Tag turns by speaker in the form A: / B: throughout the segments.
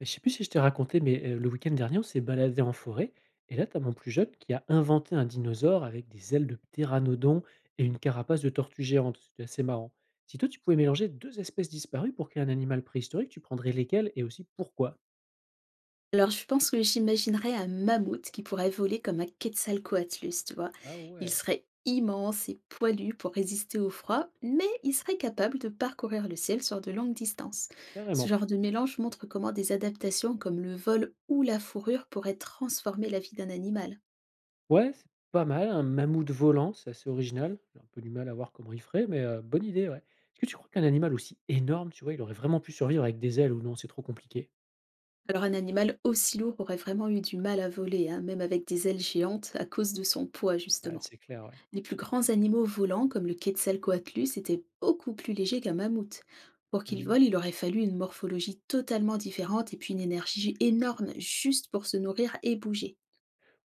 A: Et je sais plus si je t'ai raconté, mais le week-end dernier, on s'est baladé en forêt et là, t'as mon plus jeune qui a inventé un dinosaure avec des ailes de ptéranodon et une carapace de tortue géante. C'était assez marrant. Si toi, tu pouvais mélanger 2 espèces disparues pour créer un animal préhistorique, tu prendrais lesquelles et aussi pourquoi?
B: Alors, je pense que j'imaginerais un mammouth qui pourrait voler comme un Quetzalcoatlus, tu vois?
A: Ah
B: Il
A: ouais!
B: serait immense et poilu pour résister au froid, mais il serait capable de parcourir le ciel sur de longues distances. Ce
A: Carrément.
B: genre de mélange montre comment des adaptations comme le vol ou la fourrure pourraient transformer la vie d'un animal.
A: Ouais, c'est pas mal, un mammouth volant, c'est assez original. J'ai un peu du mal à voir comment il ferait, mais bonne idée, ouais. Est-ce que tu crois qu'un animal aussi énorme, tu vois, il aurait vraiment pu survivre avec des ailes ou non, c'est trop compliqué?
B: Alors, un animal aussi lourd aurait vraiment eu du mal à voler, hein, même avec des ailes géantes, à cause de son poids,
A: Ouais,
B: justement.
A: c'est clair, ouais.
B: Les plus grands animaux volants, comme le Quetzalcoatlus, étaient beaucoup plus légers qu'un mammouth. Pour qu'il
A: Mmh.
B: vole, il aurait fallu une morphologie totalement différente et puis une énergie énorme juste pour se nourrir et bouger.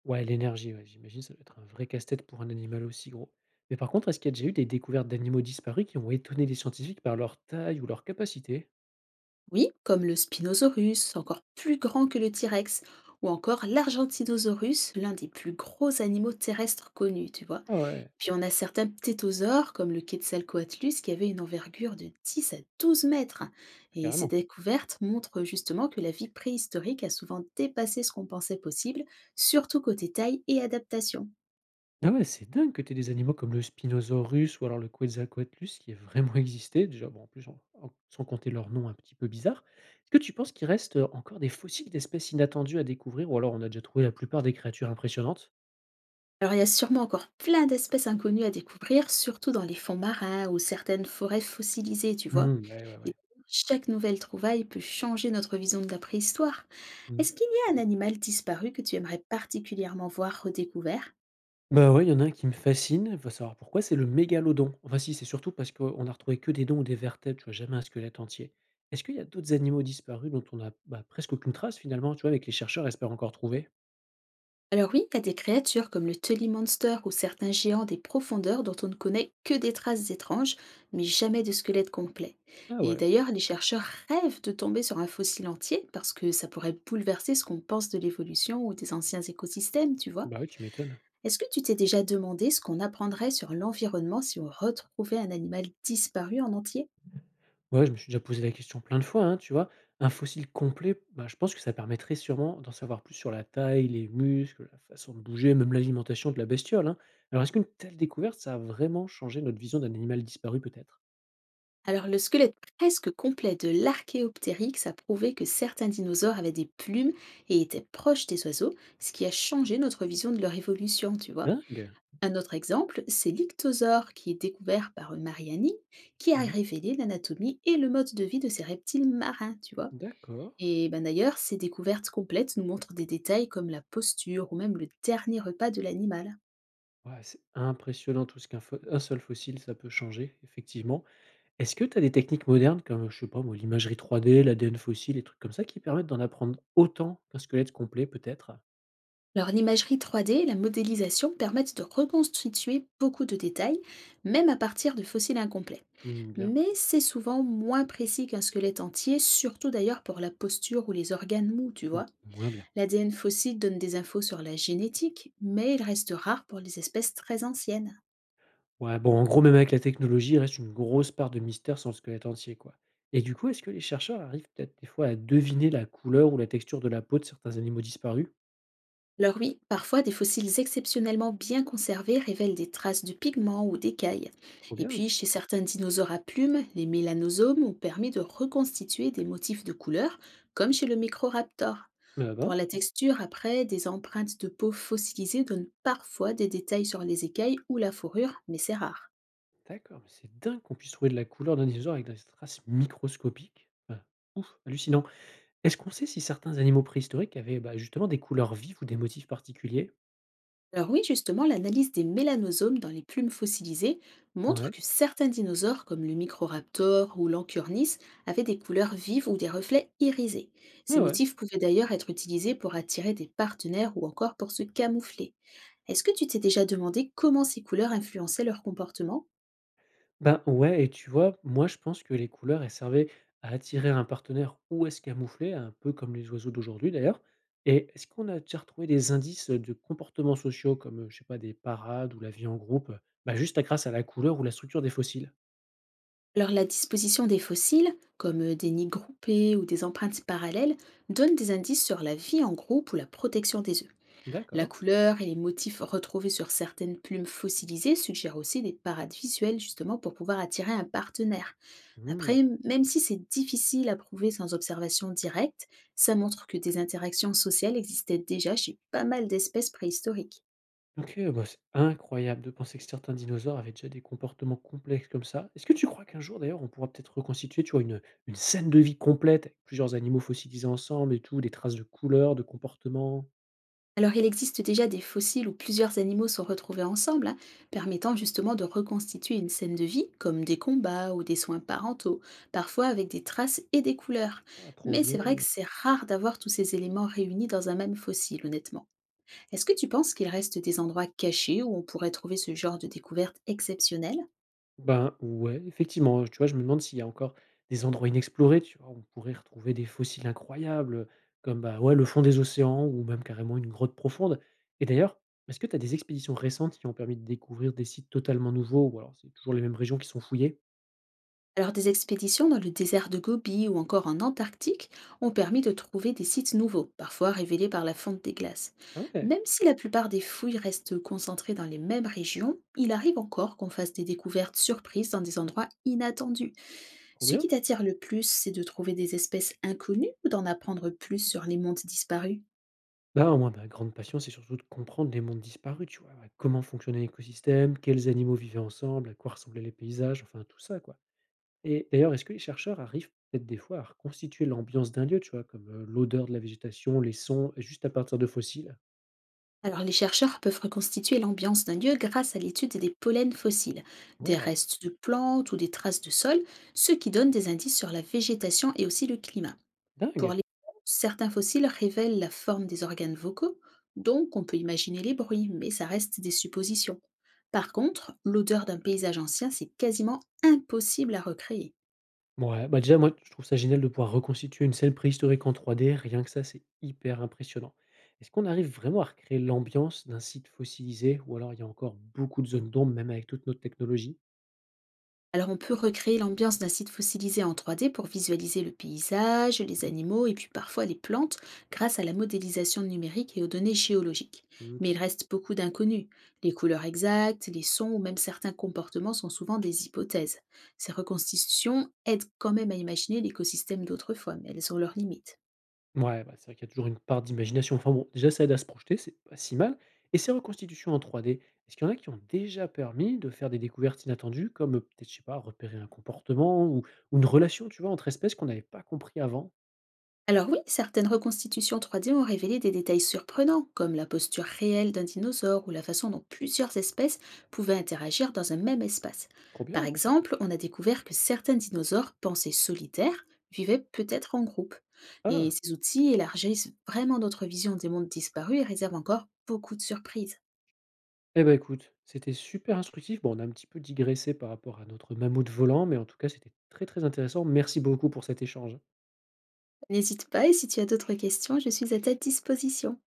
A: Ouais, l'énergie, ouais, j'imagine, ça doit être un vrai casse-tête pour un animal aussi gros. Mais par contre, est-ce qu'il y a déjà eu des découvertes d'animaux disparus qui ont étonné les scientifiques par leur taille ou leur capacité?
B: Oui, comme le Spinosaurus, encore plus grand que le T-Rex, ou encore l'Argentinosaurus, l'un des plus gros animaux terrestres connus, tu vois.
A: Ah ouais,
B: Puis on a certains ptétosaures, comme le Quetzalcoatlus, qui avait une envergure de 10 à 12 mètres. Et ces
A: carrément.
B: découvertes montrent justement que la vie préhistorique a souvent dépassé ce qu'on pensait possible, surtout côté taille et adaptation.
A: Ah ouais, c'est dingue que tu aies des animaux comme le Spinosaurus ou alors le Quetzalcoatlus qui aient vraiment existé. Déjà, bon, en plus, sans compter leur nom un petit peu bizarre. Est-ce que tu penses qu'il reste encore des fossiles d'espèces inattendues à découvrir ou alors on a déjà trouvé la plupart des créatures impressionnantes?
B: Alors, il y a sûrement encore plein d'espèces inconnues à découvrir, surtout dans les fonds marins ou certaines forêts fossilisées, tu vois.
A: Hmm, ouais, ouais,
B: Et
A: ouais.
B: chaque nouvelle trouvaille peut changer notre vision de la préhistoire.
A: Hmm.
B: Est-ce qu'il y a un animal disparu que tu aimerais particulièrement voir redécouvert?
A: Bah, ouais, il y en a un qui me fascine, va savoir pourquoi, c'est le mégalodon. Enfin si, c'est surtout parce qu'on a retrouvé que des dents ou des vertèbres, tu vois? Jamais un squelette entier. Est-ce qu'il y a d'autres animaux disparus dont on a, bah, presque aucune trace finalement, tu vois? Avec les chercheurs espèrent encore trouver?
B: Alors oui, il y a des créatures comme le Tully Monster ou certains géants des profondeurs dont on ne connaît que des traces étranges, mais jamais de squelette complet.
A: Ah
B: Et
A: ouais,
B: d'ailleurs, les chercheurs rêvent de tomber sur un fossile entier parce que ça pourrait bouleverser ce qu'on pense de l'évolution ou des anciens écosystèmes, tu vois.
A: bah, oui, tu m'étonnes.
B: Est-ce que tu t'es déjà demandé ce qu'on apprendrait sur l'environnement si on retrouvait un animal disparu en entier?
A: Ouais, je me suis déjà posé la question plein de fois, hein, tu vois? Un fossile complet, bah, je pense que ça permettrait sûrement d'en savoir plus sur la taille, les muscles, la façon de bouger, même l'alimentation de la bestiole, hein. Alors est-ce qu'une telle découverte, ça a vraiment changé notre vision d'un animal disparu peut-être?
B: Alors, le squelette presque complet de l'Archéoptérix a prouvé que certains dinosaures avaient des plumes et étaient proches des oiseaux, ce qui a changé notre vision de leur évolution, tu vois.
A: Dingue!
B: Un autre exemple, c'est l'ictosaure qui est découvert par Mariani, qui a
A: Mmh.
B: révélé l'anatomie et le mode de vie de ces reptiles marins, tu vois.
A: D'accord.
B: Et ben d'ailleurs, ces découvertes complètes nous montrent des détails comme la posture ou même le dernier repas de l'animal.
A: Ouais, c'est impressionnant tout ce qu'un fo un seul fossile, ça peut changer, effectivement. Est-ce que tu as des techniques modernes comme, je sais pas moi, l'imagerie 3D, l'ADN fossile, les trucs comme ça, qui permettent d'en apprendre autant qu'un squelette complet peut-être?
B: Alors l'imagerie 3D et la modélisation permettent de reconstituer beaucoup de détails, même à partir de fossiles incomplets.
A: Mmh, bien.
B: Mais c'est souvent moins précis qu'un squelette entier, surtout d'ailleurs pour la posture ou les organes mous, tu
A: Mmh,
B: vois.
A: moins bien.
B: L'ADN fossile donne des infos sur la génétique, mais il reste rare pour les espèces très anciennes.
A: Ouais, bon, en gros, même avec la technologie, il reste une grosse part de mystère sur le squelette entier, quoi. Et du coup, est-ce que les chercheurs arrivent peut-être des fois à deviner la couleur ou la texture de la peau de certains animaux disparus?
B: Alors oui, parfois des fossiles exceptionnellement bien conservés révèlent des traces de pigments ou d'écailles.
A: Trop
B: Et
A: bien.
B: puis, chez certains dinosaures à plumes, les mélanosomes ont permis de reconstituer des motifs de couleur, comme chez le Microraptor.
A: Ah
B: Pour
A: bah,
B: la texture, après, des empreintes de peau fossilisées donnent parfois des détails sur les écailles ou la fourrure, mais c'est rare.
A: d'accord, mais c'est dingue qu'on puisse trouver de la couleur d'un dinosaure avec des traces microscopiques. Ah, ouf, hallucinant. Est-ce qu'on sait si certains animaux préhistoriques avaient, bah, justement des couleurs vives ou des motifs particuliers?
B: Alors oui, justement, l'analyse des mélanosomes dans les plumes fossilisées montre
A: Ouais.
B: que certains dinosaures, comme le Microraptor ou l'Anchornis, avaient des couleurs vives ou des reflets irisés. Ces
A: Ouais, ouais.
B: motifs pouvaient d'ailleurs être utilisés pour attirer des partenaires ou encore pour se camoufler. Est-ce que tu t'es déjà demandé comment ces couleurs influençaient leur comportement?
A: Ben, ouais et tu vois, moi je pense que les couleurs, elles servaient à attirer un partenaire ou à se camoufler, un peu comme les oiseaux d'aujourd'hui d'ailleurs. Et est-ce qu'on a déjà retrouvé des indices de comportements sociaux comme, je sais pas, des parades ou la vie en groupe, bah, juste à grâce à la couleur ou la structure des fossiles?
B: Alors la disposition des fossiles, comme des nids groupés ou des empreintes parallèles, donne des indices sur la vie en groupe ou la protection des... La
A: D'accord.
B: couleur et les motifs retrouvés sur certaines plumes fossilisées suggèrent aussi des parades visuelles justement pour pouvoir attirer un partenaire.
A: Mmh.
B: Après, même si c'est difficile à prouver sans observation directe, ça montre que des interactions sociales existaient déjà chez pas mal d'espèces préhistoriques.
A: OK, bah, c'est incroyable de penser que certains dinosaures avaient déjà des comportements complexes comme ça. Est-ce que tu crois qu'un jour d'ailleurs on pourra peut-être reconstituer, tu vois, une scène de vie complète avec plusieurs animaux fossilisés ensemble et tout, des traces de couleurs, de comportements?
B: Alors il existe déjà des fossiles où plusieurs animaux sont retrouvés ensemble, hein, permettant justement de reconstituer une scène de vie, comme des combats ou des soins parentaux, parfois avec des traces et des couleurs.
A: Ah, trop
B: Mais c'est
A: bien.
B: vrai que c'est rare d'avoir tous ces éléments réunis dans un même fossile, honnêtement. Est-ce que tu penses qu'il reste des endroits cachés où on pourrait trouver ce genre de découverte exceptionnelle?
A: Ben ouais, effectivement, tu vois, je me demande s'il y a encore des endroits inexplorés, tu vois, où on pourrait retrouver des fossiles incroyables, comme bah ouais, le fond des océans ou même carrément une grotte profonde. Et d'ailleurs, est-ce que tu as des expéditions récentes qui ont permis de découvrir des sites totalement nouveaux ou alors c'est toujours les mêmes régions qui sont fouillées?
B: Alors des expéditions dans le désert de Gobi ou encore en Antarctique ont permis de trouver des sites nouveaux, parfois révélés par la fonte des glaces.
A: Ah ouais,
B: Même si la plupart des fouilles restent concentrées dans les mêmes régions, il arrive encore qu'on fasse des découvertes surprises dans des endroits inattendus.
A: trop
B: Ce qui
A: bien.
B: t'attire le plus, c'est de trouver des espèces inconnues ou d'en apprendre plus sur les mondes disparus.
A: Bah, moi, ma grande passion, c'est surtout de comprendre les mondes disparus, tu vois. Ouais, comment fonctionnait l'écosystème, quels animaux vivaient ensemble, à quoi ressemblaient les paysages, enfin tout ça, quoi. Et d'ailleurs, est-ce que les chercheurs arrivent peut-être des fois à reconstituer l'ambiance d'un lieu, tu vois, comme l'odeur de la végétation, les sons, juste à partir de fossiles?
B: Alors, les chercheurs peuvent reconstituer l'ambiance d'un lieu grâce à l'étude des pollens fossiles, des
A: Waouh,
B: restes de plantes ou des traces de sol, ce qui donne des indices sur la végétation et aussi le climat. Pour
A: dingue!
B: les certains fossiles révèlent la forme des organes vocaux, donc on peut imaginer les bruits, mais ça reste des suppositions. Par contre, l'odeur d'un paysage ancien, c'est quasiment impossible à recréer.
A: Ouais, bah déjà, moi, je trouve ça génial de pouvoir reconstituer une scène préhistorique en trois d rien que ça, c'est hyper impressionnant. Est-ce qu'on arrive vraiment à recréer l'ambiance d'un site fossilisé, ou alors il y a encore beaucoup de zones d'ombre, même avec toute notre technologie?
B: Alors on peut recréer l'ambiance d'un site fossilisé en 3D pour visualiser le paysage, les
A: Mmh.
B: animaux et puis parfois les plantes grâce à la modélisation numérique et aux données géologiques.
A: Mmh,
B: Mais
A: OK.
B: il reste beaucoup d'inconnus. Les couleurs exactes, les sons ou même certains comportements sont souvent des hypothèses. Ces reconstitutions aident quand même à imaginer l'écosystème d'autrefois, mais elles ont leurs limites.
A: Ouais, bah, c'est vrai qu'il y a toujours une part d'imagination. Enfin bon, déjà ça aide à se projeter, c'est pas si mal et ces reconstitutions en trois d est-ce qu'il y en a qui ont déjà permis de faire des découvertes inattendues comme, peut-être, je sais pas, repérer un comportement ou une relation, tu vois, entre espèces qu'on n'avait pas compris avant?
B: Alors oui, certaines reconstitutions 3D ont révélé des détails surprenants, comme la posture réelle d'un dinosaure ou la façon dont plusieurs espèces pouvaient interagir dans un même espace.
A: Trop
B: Par
A: bien.
B: exemple, on a découvert que certains dinosaures pensés solitaires vivaient peut-être en groupe. Et
A: Ah!
B: ces outils élargissent vraiment notre vision des mondes disparus et réservent encore beaucoup de surprises.
A: Eh ben écoute, c'était super instructif. Bon, on a un petit peu digressé par rapport à notre mammouth volant, mais en tout cas, c'était très, très intéressant. Merci beaucoup pour cet échange.
B: N'hésite pas et si tu as d'autres questions, je suis à ta disposition.